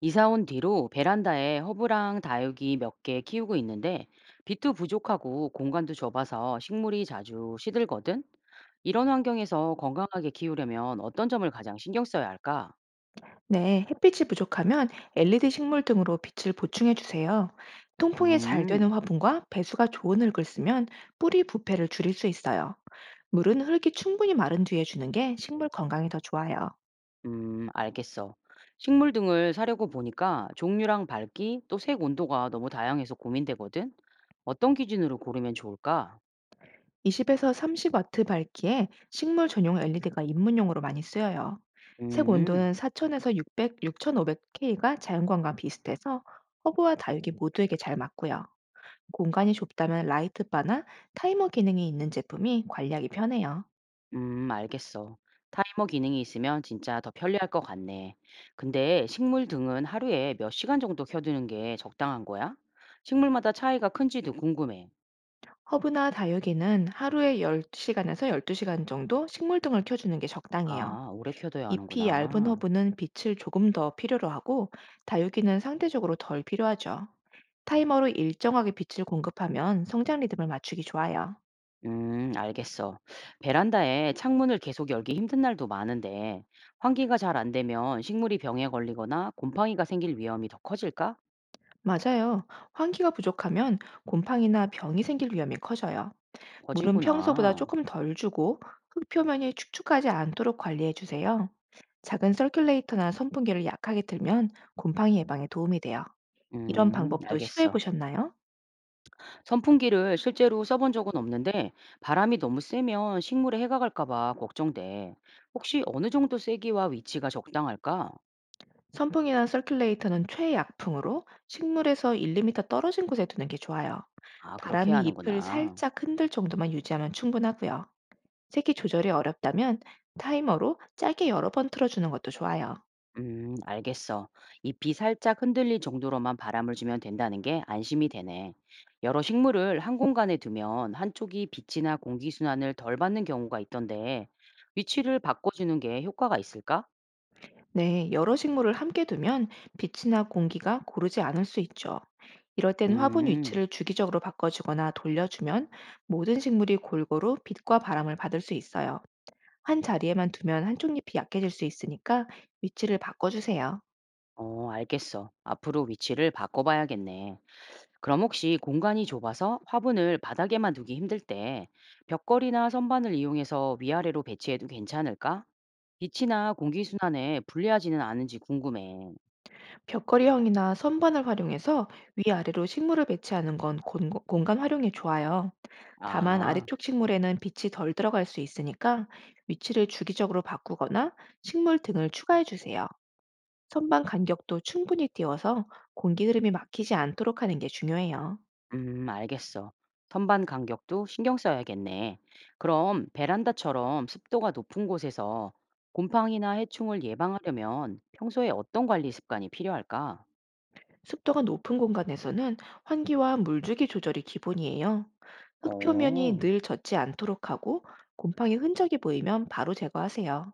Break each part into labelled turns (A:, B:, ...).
A: 이사 온 뒤로 베란다에 허브랑 다육이 몇 개 키우고 있는데 빛도 부족하고 공간도 좁아서 식물이 자주 시들거든? 이런 환경에서 건강하게 키우려면 어떤 점을 가장 신경 써야 할까?
B: 네, 햇빛이 부족하면 LED 식물 등으로 빛을 보충해 주세요. 통풍이 잘 되는
A: 음,
B: 화분과 배수가 좋은 흙을 쓰면 뿌리 부패를 줄일 수 있어요. 물은 흙이 충분히 마른 뒤에 주는 게 식물 건강에 더 좋아요.
A: 알겠어. 식물 등을 사려고 보니까 종류랑 밝기 또 색 온도가 너무 다양해서 고민되거든? 어떤 기준으로 고르면 좋을까?
B: 20에서 30와트 밝기에 식물 전용 LED가 입문용으로 많이 쓰여요. 색
A: 음.
B: 온도는 4000에서 600, 6500K가 자연광과 비슷해서 허브와 다육이 모두에게 잘 맞고요. 공간이 좁다면 라이트바나 타이머 기능이 있는 제품이 관리하기 편해요.
A: 알겠어. 타이머 기능이 있으면 진짜 더 편리할 것 같네. 근데 식물 등은 하루에 몇 시간 정도 켜두는 게 적당한 거야? 식물마다 차이가 큰지도 궁금해.
B: 허브나 다육이는 하루에 10시간에서 12시간 정도 식물 등을 켜주는 게 적당해요.
A: 아, 오래 켜둬야
B: 잎이 얇은
A: 하는구나.
B: 허브는 빛을 조금 더 필요로 하고 다육이는 상대적으로 덜 필요하죠. 타이머로 일정하게 빛을 공급하면 성장 리듬을 맞추기 좋아요.
A: 알겠어. 베란다에 창문을 계속 열기 힘든 날도 많은데, 환기가 잘 안 되면 식물이 병에 걸리거나 곰팡이가 생길 위험이 더 커질까?
B: 맞아요. 환기가 부족하면 곰팡이나 병이 생길 위험이 커져요. 물은 평소보다
A: 커지구나.
B: 조금 덜 주고 흙 표면이 축축하지 않도록 관리해 주세요. 작은 서큘레이터나 선풍기를 약하게 틀면 곰팡이 예방에 도움이 돼요. 이런 방법도 시도해
A: 알겠어.
B: 보셨나요?
A: 선풍기를 실제로 써본 적은 없는데 바람이 너무 세면 식물에 해가 갈까 봐 걱정돼. 혹시 어느 정도 세기와 위치가 적당할까?
B: 선풍이나 서큘레이터는 최약풍으로 식물에서 1~2m 떨어진 곳에 두는 게 좋아요.
A: 아, 그렇게 해야
B: 바람이 잎을
A: 하는구나.
B: 살짝 흔들 정도만 유지하면 충분하고요. 색이 조절이 어렵다면 타이머로 짧게 여러 번 틀어주는 것도 좋아요.
A: 알겠어. 잎이 살짝 흔들릴 정도로만 바람을 주면 된다는 게 안심이 되네. 여러 식물을 한 공간에 두면 한쪽이 빛이나 공기순환을 덜 받는 경우가 있던데 위치를 바꿔주는 게 효과가 있을까?
B: 네, 여러 식물을 함께 두면 빛이나 공기가 고르지 않을 수 있죠. 이럴 땐 화분
A: 음,
B: 위치를 주기적으로 바꿔주거나 돌려주면 모든 식물이 골고루 빛과 바람을 받을 수 있어요. 한 자리에만 두면 한쪽 잎이 약해질 수 있으니까 위치를 바꿔주세요.
A: 어, 알겠어. 앞으로 위치를 바꿔봐야겠네. 그럼 혹시 공간이 좁아서 화분을 바닥에만 두기 힘들 때 벽걸이나 선반을 이용해서 위아래로 배치해도 괜찮을까? 빛이나 공기순환에 불리하지는 않은지 궁금해.
B: 벽걸이형이나 선반을 활용해서 위아래로 식물을 배치하는 건 공간 활용에 좋아요. 다만
A: 아,
B: 아래쪽 식물에는 빛이 덜 들어갈 수 있으니까 위치를 주기적으로 바꾸거나 식물 등을 추가해 주세요. 선반 간격도 충분히 띄워서 공기 흐름이 막히지 않도록 하는 게 중요해요.
A: 알겠어. 선반 간격도 신경 써야겠네. 그럼 베란다처럼 습도가 높은 곳에서 곰팡이나 해충을 예방하려면 평소에 어떤 관리 습관이 필요할까?
B: 습도가 높은 공간에서는 환기와 물주기 조절이 기본이에요. 흙 표면이
A: 어.
B: 늘 젖지 않도록 하고 곰팡이 흔적이 보이면 바로 제거하세요.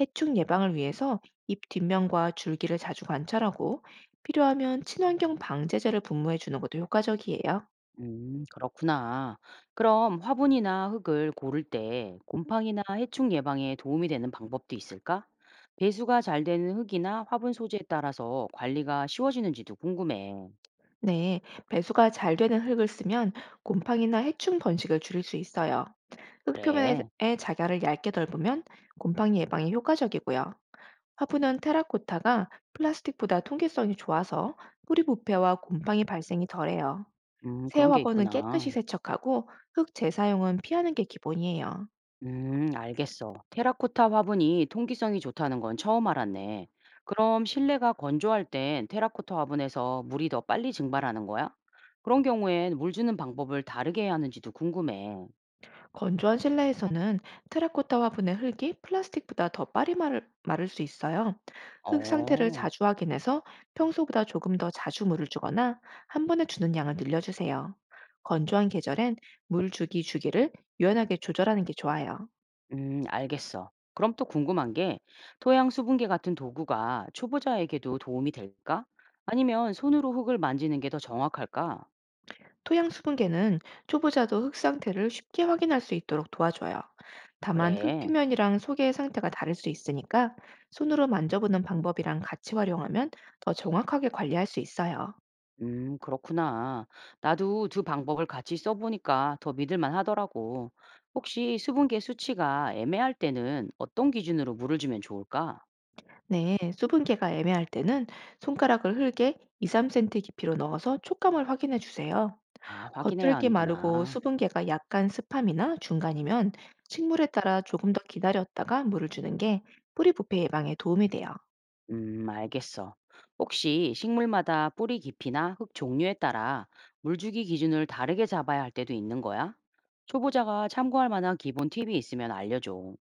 B: 해충 예방을 위해서 잎 뒷면과 줄기를 자주 관찰하고 필요하면 친환경 방제제를 분무해 주는 것도 효과적이에요.
A: 그렇구나. 그럼 화분이나 흙을 고를 때 곰팡이나 해충 예방에 도움이 되는 방법도 있을까? 배수가 잘 되는 흙이나 화분 소재에 따라서 관리가 쉬워지는지도 궁금해.
B: 네, 배수가 잘 되는 흙을 쓰면 곰팡이나 해충 번식을 줄일 수 있어요. 흙 표면에
A: 그래.
B: 자갈을 얇게 덜으면 곰팡이 예방에 효과적이고요. 화분은 테라코타가 플라스틱보다 통기성이 좋아서 뿌리 부패와 곰팡이 발생이 덜해요. 새
A: 그런 게
B: 화분은 깨끗이
A: 있구나.
B: 세척하고 흙 재사용은 피하는 게 기본이에요.
A: 알겠어. 테라코타 화분이 통기성이 좋다는 건 처음 알았네. 그럼 실내가 건조할 땐 테라코타 화분에서 물이 더 빨리 증발하는 거야? 그런 경우엔 물 주는 방법을 다르게 해야 하는지도 궁금해.
B: 건조한 실내에서는 테라코타 화분의 흙이 플라스틱보다 더 빠르게 마를 수 있어요. 흙 상태를
A: 어.
B: 자주 확인해서 평소보다 조금 더 자주 물을 주거나 한 번에 주는 양을 늘려주세요. 건조한 계절엔 물 주기 주기를 유연하게 조절하는 게 좋아요.
A: 알겠어. 그럼 또 궁금한 게 토양 수분계 같은 도구가 초보자에게도 도움이 될까? 아니면 손으로 흙을 만지는 게 더 정확할까?
B: 토양 수분계는 초보자도 흙 상태를 쉽게 확인할 수 있도록 도와줘요. 다만 흙
A: 그래.
B: 표면이랑 속의 상태가 다를 수 있으니까 손으로 만져보는 방법이랑 같이 활용하면 더 정확하게 관리할 수 있어요.
A: 그렇구나. 나도 두 방법을 같이 써보니까 더 믿을만 하더라고. 혹시 수분계 수치가 애매할 때는 어떤 기준으로 물을 주면 좋을까?
B: 네, 수분계가 애매할 때는 손가락을 흙에 2, 3cm 깊이로 넣어서 촉감을 확인해 주세요.
A: 아, 확인해야
B: 겉흙이 마르고
A: 하는구나.
B: 수분계가 약간 습함이나 중간이면 식물에 따라 조금 더 기다렸다가 물을 주는 게 뿌리 부패 예방에 도움이 돼요.
A: 알겠어. 혹시 식물마다 뿌리 깊이나 흙 종류에 따라 물주기 기준을 다르게 잡아야 할 때도 있는 거야? 초보자가 참고할 만한 기본 팁이 있으면 알려줘.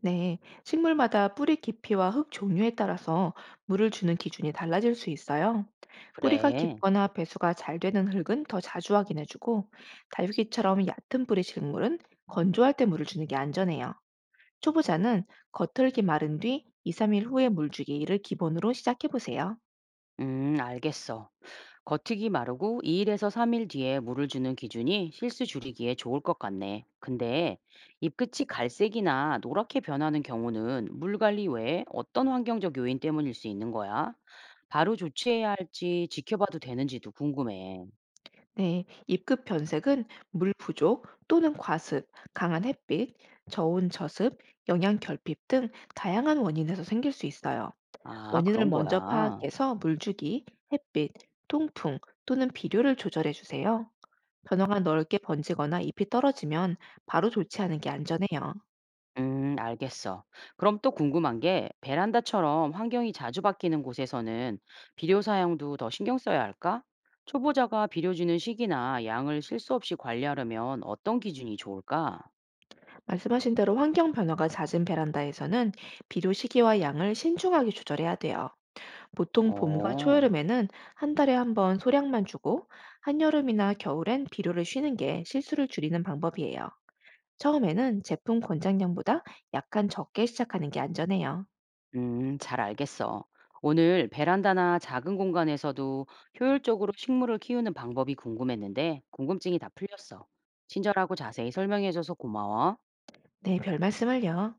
B: 네, 식물마다 뿌리 깊이와 흙 종류에 따라서 물을 주는 기준이 달라질 수 있어요. 뿌리가
A: 그래.
B: 깊거나 배수가 잘 되는 흙은 더 자주 확인해주고, 다육이처럼 얕은 뿌리 식물은 건조할 때 물을 주는 게 안전해요. 초보자는 겉흙이 마른 뒤 2, 3일 후에 물 주기를 기본으로 시작해보세요.
A: 알겠어. 겉흙이 마르고 2일에서 3일 뒤에 물을 주는 기준이 실수 줄이기에 좋을 것 같네. 근데 잎끝이 갈색이나 노랗게 변하는 경우는 물 관리 외에 어떤 환경적 요인 때문일 수 있는 거야? 바로 조치해야 할지 지켜봐도 되는지도 궁금해.
B: 네, 잎급 변색은 물 부족 또는 과습, 강한 햇빛, 저온 저습, 영양 결핍 등 다양한 원인에서 생길 수 있어요.
A: 아,
B: 원인을
A: 그런
B: 먼저
A: 거야.
B: 파악해서 물주기, 햇빛, 통풍 또는 비료를 조절해 주세요. 변화가 넓게 번지거나 잎이 떨어지면 바로 조치하는 게 안전해요.
A: 음, 알겠어. 그럼 또 궁금한 게 베란다처럼 환경이 자주 바뀌는 곳에서는 비료 사용도 더 신경 써야 할까? 초보자가 비료 주는 시기나 양을 실수 없이 관리하려면 어떤 기준이 좋을까?
B: 말씀하신 대로 환경 변화가 잦은 베란다에서는 비료 시기와 양을 신중하게 조절해야 돼요. 보통 봄과
A: 어,
B: 초여름에는 한 달에 한 번 소량만 주고 한여름이나 겨울엔 비료를 쉬는 게 실수를 줄이는 방법이에요. 처음에는 제품 권장량보다 약간 적게 시작하는 게 안전해요.
A: 잘 알겠어. 오늘 베란다나 작은 공간에서도 효율적으로 식물을 키우는 방법이 궁금했는데 궁금증이 다 풀렸어. 친절하고 자세히 설명해줘서 고마워.
B: 네, 별 말씀을요.